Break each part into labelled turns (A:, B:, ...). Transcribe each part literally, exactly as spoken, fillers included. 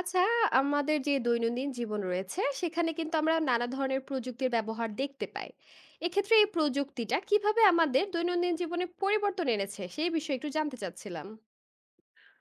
A: আচ্ছা, আমাদের যে দৈনন্দিন জীবন রয়েছে, সেখানে কিন্তু আমরা নানা ধরনের প্রযুক্তির ব্যবহার দেখতে পাই। এক্ষেত্রে এই প্রযুক্তিটা কিভাবে আমাদের দৈনন্দিন জীবনে পরিবর্তন এনেছে, সেই বিষয়ে একটু জানতে চাচ্ছিলাম।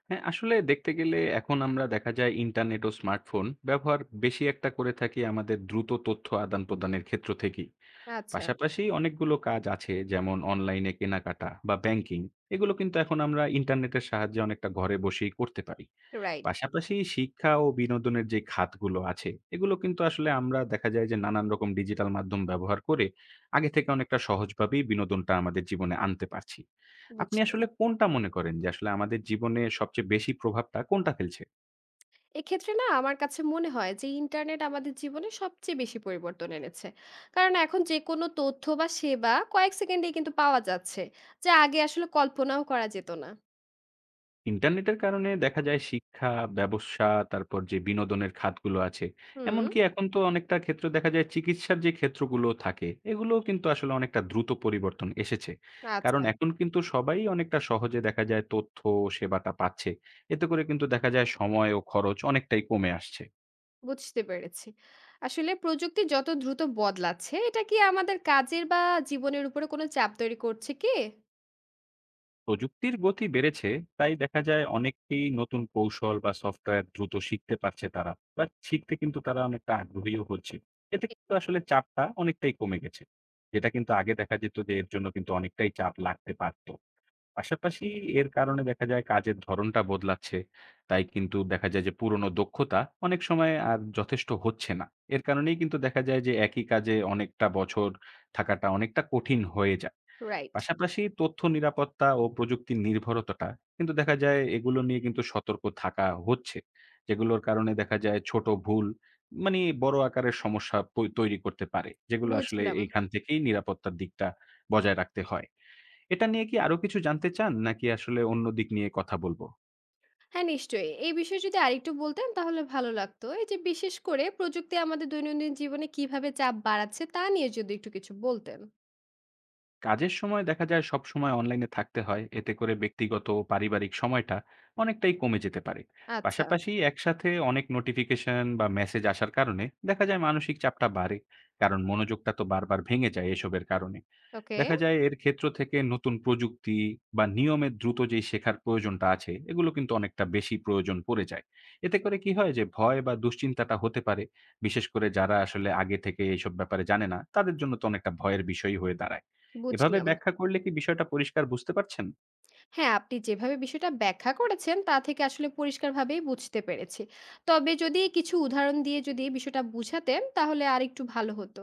B: হ্যাঁ, আসলে দেখতে গেলে এখন আমরা দেখা যায় ইন্টারনেট ও স্মার্টফোন ব্যবহার বেশি একটা করে থাকি আমাদের দ্রুত তথ্য আদান-প্রদানের ক্ষেত্র থেকেই।
A: আচ্ছা,
B: পাশাপাশি অনেকগুলো কাজ আছে যেমন অনলাইনে কেনাকাটা বা ব্যাংকিং, এগুলো কিন্তু এখন আমরা ইন্টারনেটের সাহায্যে অনেকটা ঘরে বসেই করতে পারি।
A: রাইট,
B: পাশাপাশি শিক্ষা ও বিনোদনের যে খাতগুলো আছে, এগুলো কিন্তু আসলে আমরা দেখা যায় যে নানান রকম ডিজিটাল মাধ্যম ব্যবহার করে আগে থেকে অনেকটা সহজভাবেই বিনোদনটা আমাদের জীবনে আনতে পারছি। আপনি
A: বুঝলাম।
B: আসলে কোনটা মনে করেন যে আসলে আমাদের জীবনে সবচেয়ে বেশি প্রভাবটা কোনটা ফেলছে?
A: এক্ষেত্রে না আমার কাছে মনে হয় যে ইন্টারনেট আমাদের জীবনে সবচেয়ে বেশি পরিবর্তন এনেছে। কারণ এখন যে কোনো তথ্য বা সেবা কয়েক সেকেন্ডেই কিন্তু পাওয়া যাচ্ছে, যা আগে আসলে কল্পনাও করা যেত না।
B: ইন্টারনেটের কারণে দেখা যায় শিক্ষা, ব্যবসা, তারপর যে বিনোদনের খাতগুলো আছে,
A: হুম,
B: এমনকি এখন তো অনেকটা ক্ষেত্রে দেখা যায় চিকিৎসার যে ক্ষেত্রগুলো থাকে, এগুলোও কিন্তু আসলে অনেকটা দ্রুত পরিবর্তন এসেছে। কারণ
A: আচ্ছা।
B: এখন কিন্তু সবাই অনেকটা সহজে দেখা যায় তথ্য ও সেবাটা পাচ্ছে। এতে করে কিন্তু দেখা যায় সময় ও খরচ অনেকটাই কমে আসছে।
A: বুঝতে পেরেছি। আসলে প্রযুক্তি যত দ্রুত বদলাচ্ছে, এটা কি আমাদের কাজের বা জীবনের উপরে কোনো চাপ তৈরি করছে কি?
B: প্রযুক্তির গতি বেড়েছে, তাই দেখা যায় অনেককেই নতুন কৌশল বা সফটওয়্যার দ্রুত শিখতে পারছে তারা বা শিখতে কিন্তু তারা অনেকটা আগ্রহীও হচ্ছে। এতে কিন্তু আসলে চাপটা অনেকটাই কমে গেছে, যেটা কিন্তু আগে দেখা যেত যে এর জন্য কিন্তু অনেকটাই চাপ লাগতে পারতো। পাশাপাশি এর কারণে দেখা যায় কাজের ধরনটা বদলাচ্ছে, তাই কিন্তু দেখা যায় যে পুরনো দক্ষতা অনেক সময় আর যথেষ্ট হচ্ছে না। এর কারণেই কিন্তু দেখা যায় যে একই কাজে অনেকটা বছর থাকাটা অনেকটা কঠিন হয়ে যায়।
A: রাইট,
B: পাশাপাশি তথ্য নিরাপত্তা ও প্রযুক্তির নির্ভরতাটা কিন্তু দেখা যায় এগুলো নিয়ে কিন্তু সতর্ক থাকা হচ্ছে। যেগুলোর কারণে দেখা যায় ছোট ভুল মানে বড় আকারের সমস্যা পৈ তৈরি করতে পারে। যেগুলো আসলে
A: বুঝলাম।
B: এইখান থেকেই নিরাপত্তার দিকটা বজায় রাখতে হয়। এটা নিয়ে কি আরো কিছু জানতে চান? নাকি আসলে অন্য দিক নিয়ে কথা বলব?
A: হ্যাঁ, নিশ্চয়ই। এই বিষয়ে যদি আরেকটু বলতেন তাহলে ভালো লাগতো। এই যে বিশেষ করে প্রযুক্তি আমাদের দৈনন্দিন জীবনে কিভাবে চাপ বাড়াচ্ছে তা নিয়ে যদি একটু কিছু বলতেন।
B: কাজের সময় দেখা যায় সব সময় অনলাইনে থাকতে হয়, এতে করে ব্যক্তিগত ও পারিবারিক সময়টা অনেকটাই কমে যেতে পারে।
A: আচ্ছা,
B: পাশাপাশি একসাথে অনেক নোটিফিকেশন বা মেসেজ আসার কারণে দেখা যায় মানসিক চাপটা বাড়ে, কারণ মনোযোগটা তো বারবার ভেঙে যায় এসবের কারণে।
A: ওকে,
B: দেখা যায় এর ক্ষেত্র থেকে নতুন প্রযুক্তি বা নিয়মের দ্রুত যে শেখার প্রয়োজনটা আছে এগুলো কিন্তু অনেকটা বেশি প্রয়োজন পড়ে যায়। এতে করে কি হয় যে ভয় বা দুশ্চিন্তাটা হতে পারে, বিশেষ করে যারা আসলে আগে থেকে এইসব ব্যাপারে জানে না তাদের জন্য তো অনেকটা ভয়ের বিষয়ই হয়ে দাঁড়ায়। এভাবে
A: বুঝলাম।
B: ব্যাখ্যা করলে কি বিষয়টা পরিষ্কার বুঝতে পারছেন?
A: হ্যাঁ, আপনি যেভাবে বিষয়টা ব্যাখ্যা করেছেন তা থেকে আসলে পরিষ্কারভাবেই বুঝতে পেরেছি। তবে যদি কিছু উদাহরণ দিয়ে যদি বিষয়টা বুঝাতেন তাহলে আরেকটু ভালো হতো।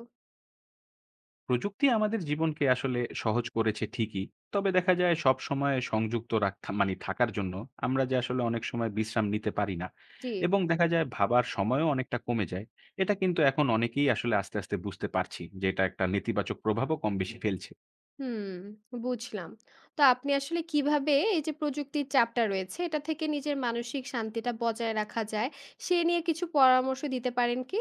B: প্রযুক্তি আমাদের জীবনকে আসলে সহজ করেছে ঠিকই। তবে দেখা যায় সব সময় সংযুক্ত রাখা মানে থাকার জন্য আমরা যে আসলে অনেক সময় বিশ্রাম নিতে পারি না
A: জি।
B: এবং দেখা যায় ভাবার সময়ও অনেকটা কমে যায়। এটা কিন্তু এখন অনেকেই আসলে আস্তে, আস্তে বুঝতে পারছি যে এটা একটা নেতিবাচক প্রভাবও কম বেশি ফেলছে।
A: হুম, বুঝলাম। তো আপনি আসলে কিভাবে এই যে প্রযুক্তির চাপটা রয়েছে, এটা থেকে নিজের মানসিক শান্তিটা বজায় রাখা যায়, সে নিয়ে কিছু পরামর্শ দিতে পারেন কি?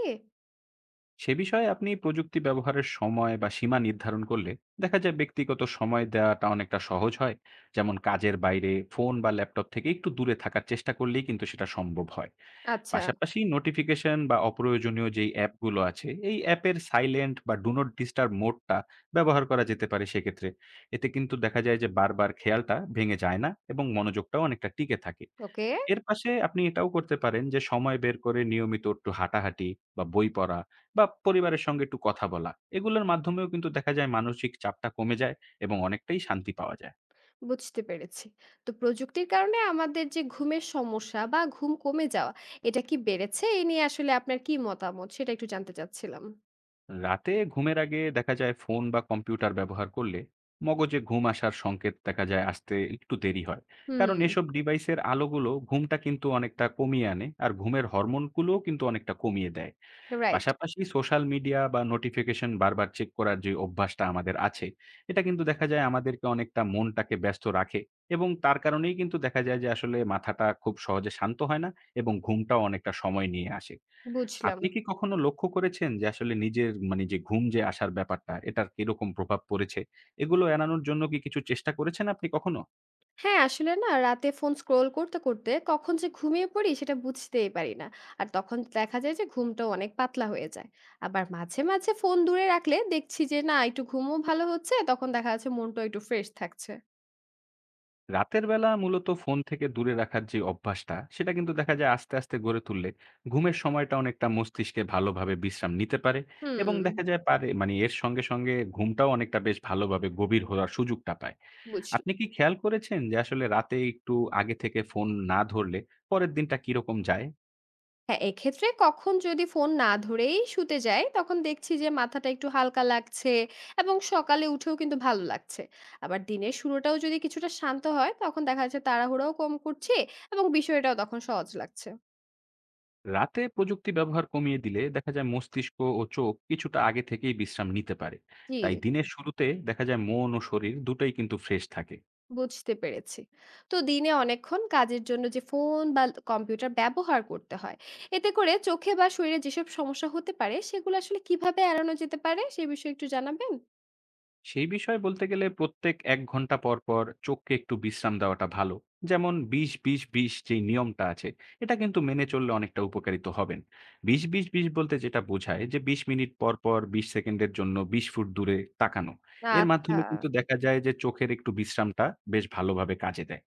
B: সে বিষয়ে আপনি প্রযুক্তি ব্যবহারের সময় বা সীমা নির্ধারণ করলে দেখা যায় ব্যক্তিগত সময় দেওয়াটা অনেকটা সহজ হয়। যেমন কাজের বাইরে ফোন বা ল্যাপটপ থেকে একটু দূরে থাকার চেষ্টা করলেই কিন্তু সেটা সম্ভব হয়।
A: আচ্ছা,
B: পাশাপাশি নোটিফিকেশন বা অপ্রয়োজনীয় যেই অ্যাপগুলো আছে এই অ্যাপের সাইলেন্ট বা ডু নট ডিস্টার্ব মোডটা ব্যবহার করা যেতে পারে সেক্ষেত্রে। এতে কিন্তু দেখা যায় যে বারবার খেয়ালটা ভেঙে যায় না এবং মনোযোগটাও অনেকটা টিকে থাকে।
A: ওকে,
B: এর পাশে আপনি এটাও করতে পারেন যে সময় বের করে নিয়মিত একটু হাঁটাহাঁটি বা বই পড়া বা পরিবারের সঙ্গে একটু কথা বলা, এগুলোর মাধ্যমেও কিন্তু দেখা যায় মানসিক চাপটা কমে যায় এবং অনেকটাই শান্তি পাওয়া যায়।
A: বুঝতে পেরেছি। তো প্রযুক্তির কারণে আমাদের যে ঘুমের সমস্যা বা ঘুম কমে যাওয়া, এটা কি বেড়েছে? এ নিয়ে আসলে আপনার কি মতামত? সেটা একটু জানতে চাচ্ছিলাম।
B: রাতে ঘুমের আগে দেখা যায় ফোন বা কম্পিউটার ব্যবহার করলে মগজে ঘুম আসার সংকেত দেখা যায় আসতে একটু দেরি হয়, কারণ
A: হুম,
B: এসব ডিভাইসের আলোগুলো ঘুমটা কিন্তু অনেকটা কমিয়ে আনে আর ঘুমের হরমোনগুলোও কিন্তু অনেকটা কমিয়ে দেয়।
A: রাইট,
B: পাশাপাশি সোশ্যাল মিডিয়া বা নোটিফিকেশন বারবার চেক করার যে অভ্যাসটা আমাদের আছে এটা কিন্তু দেখা যায় আমাদেরকে অনেকটা মনটাকে ব্যস্ত রাখে, এবং তার কারণেই কিন্তু দেখা যায় যে আসলে মাথাটা খুব সহজে শান্ত হয় না এবং ঘুমটাও অনেকটা সময় নিয়ে আসে।
A: বুঝলাম।
B: আপনি কি কখনো লক্ষ্য করেছেন যে আসলে নিজের মানে যে ঘুম যে আসার ব্যাপারটা এটার কিরকম প্রভাব পড়েছে? এগুলো এড়ানোর জন্য কি কিছু চেষ্টা করেছেন আপনি কখনো?
A: হ্যাঁ, আসলে না রাতে ফোন স্ক্রল করতে, করতে কখন যে ঘুমিয়ে পড়ি সেটা বুঝতেই পারি না। আর তখন দেখা যায় যে ঘুমটাও অনেক পাতলা হয়ে যায়। আবার মাঝে, মাঝে ফোন দূরে রাখলে দেখছি যে না একটু ঘুমও ভালো হচ্ছে, তখন দেখা যাচ্ছে মনটাও একটু ফ্রেশ থাকছে।
B: রাতের বেলা মূলত ফোন থেকে দূরে রাখার যে অভ্যাসটা সেটা কিন্তু দেখা যায় আস্তে, আস্তে গড়ে তুললে ঘুমের সময়টা অনেকটা মস্তিষ্কে ভালোভাবে বিশ্রাম নিতে পারে এবং
A: হুম,
B: দেখা যায় পারে মানে এর সঙ্গে, সঙ্গে ঘুমটাও অনেকটা বেশ ভালোভাবে গভীর হওয়ার সুযোগটা পায়।
A: বুঝল।
B: আপনি কি খেয়াল করেছেন যে আসলে রাতে একটু আগে থেকে ফোন না ধরলে পরের দিনটা কিরকম যায়?
A: হ্যাঁ, এক্ষেত্রে কখন যদি ফোন না ধরেই শুতে যাই, তখন দেখছি যে মাথাটা একটু হালকা লাগছে এবং সকালে উঠেও কিন্তু ভালো লাগছে। আবার দিনের শুরুটাও যদি কিছুটা শান্ত হয়, তখন দেখা যাচ্ছে তাড়াহুড়াও কম করছি এবং বিষয়টাও তখন সহজ লাগছে।
B: রাতে প্রযুক্তি ব্যবহার কমিয়ে দিলে দেখা যায় মস্তিষ্ক ও চোখ কিছুটা আগে থেকেই বিশ্রাম নিতে পারে,
A: জি।
B: তাই দিনের শুরুতে দেখা যায় মন ও শরীর দুটোই কিন্তু ফ্রেশ থাকে।
A: বুঝতে পেরেছি। তো দিনে অনেকক্ষণ কাজের জন্য যে ফোন বা কম্পিউটার ব্যবহার করতে হয়, এতে করে চোখে বা শরীরে যেসব সমস্যা হতে পারে সেগুলো আসলে কিভাবে এড়ানো যেতে পারে সে বিষয়ে একটু জানাবেন?
B: সেই বিষয়ে বলতে গেলে প্রত্যেক এক ঘন্টা পর, পর চোখকে একটু বিশ্রাম দেওয়াটা ভালো। যেমন বিশ-বিশ-বিশ যেই নিয়মটা আছে, এটা কিন্তু মেনে চললে অনেকটা উপকারিত হবেন। বিশ-বিশ-বিশ বলতে যেটা বোঝায় যে বিশ মিনিট পর, পর বিশ সেকেন্ডের জন্য বিশ ফুট দূরে তাকানো। এর
A: আচ্ছা।
B: মাধ্যমে কিন্তু দেখা যায় যে চোখের একটু বিশ্রামটা বেশ ভালোভাবে কাজে দেয়।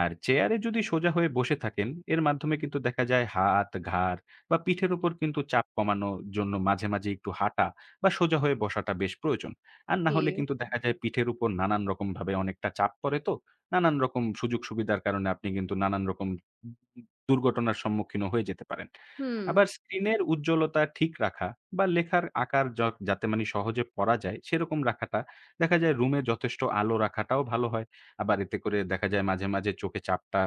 B: আর চেয়ারে যদি সোজা হয়ে বসে থাকেন, এর মাধ্যমে কিন্তু দেখা যায় হাত, ঘাড় বা পিঠের উপর কিন্তু চাপ কমানোর জন্য মাঝে, মাঝে একটু হাঁটা বা সোজা হয়ে বসাটা বেশ প্রয়োজন। আর না
A: জি,
B: হলে কিন্তু দেখা যায় পিঠের উপর নানান রকমভাবে অনেকটা চাপ পড়ে তো। নানান রকম সুযোগ-সুবিধার কারণে আপনি কিন্তু নানান রকম দুর্ঘটনার সম্মুখীনও হয়ে যেতে পারেন।
A: হুম।
B: আবার স্ক্রিনের উজ্জ্বলতা ঠিক রাখা বা লেখার আকার য যাতে মানে সহজে পড়া যায় সেরকম রাখাটা, দেখা যায় রুমে যথেষ্ট আলো রাখাটাও ভালো হয়। আবার এতে করে দেখা যায় মাঝে, মাঝে চোখে চাপটা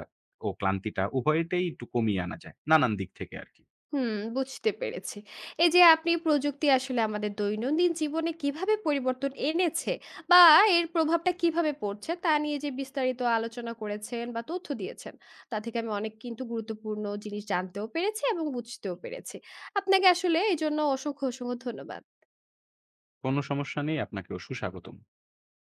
B: ও ক্লান্তিটা উভয়টাই একটু কমিয়ে আনা যায় নানান দিক থেকে আরকি।
A: হুম, বুঝতে পেরেছি। এই যে আপনি প্রযুক্তি আসলে আমাদের দৈনন্দিন জীবনে কিভাবে পরিবর্তন এনেছে বা এর প্রভাবটা কিভাবে পড়ছে তা নিয়ে যে বিস্তারিত আলোচনা করেছেন বা তথ্য দিয়েছেন, তা থেকে আমি অনেক কিন্তু গুরুত্বপূর্ণ জিনিস জানতেও পেরেছি এবং বুঝতেও পেরেছি। আপনাকে আসলে এজন্য অসংখ্য, অসংখ্য ধন্যবাদ।
B: কোনো সমস্যা নেই, আপনাকেও সুস্বাগতম।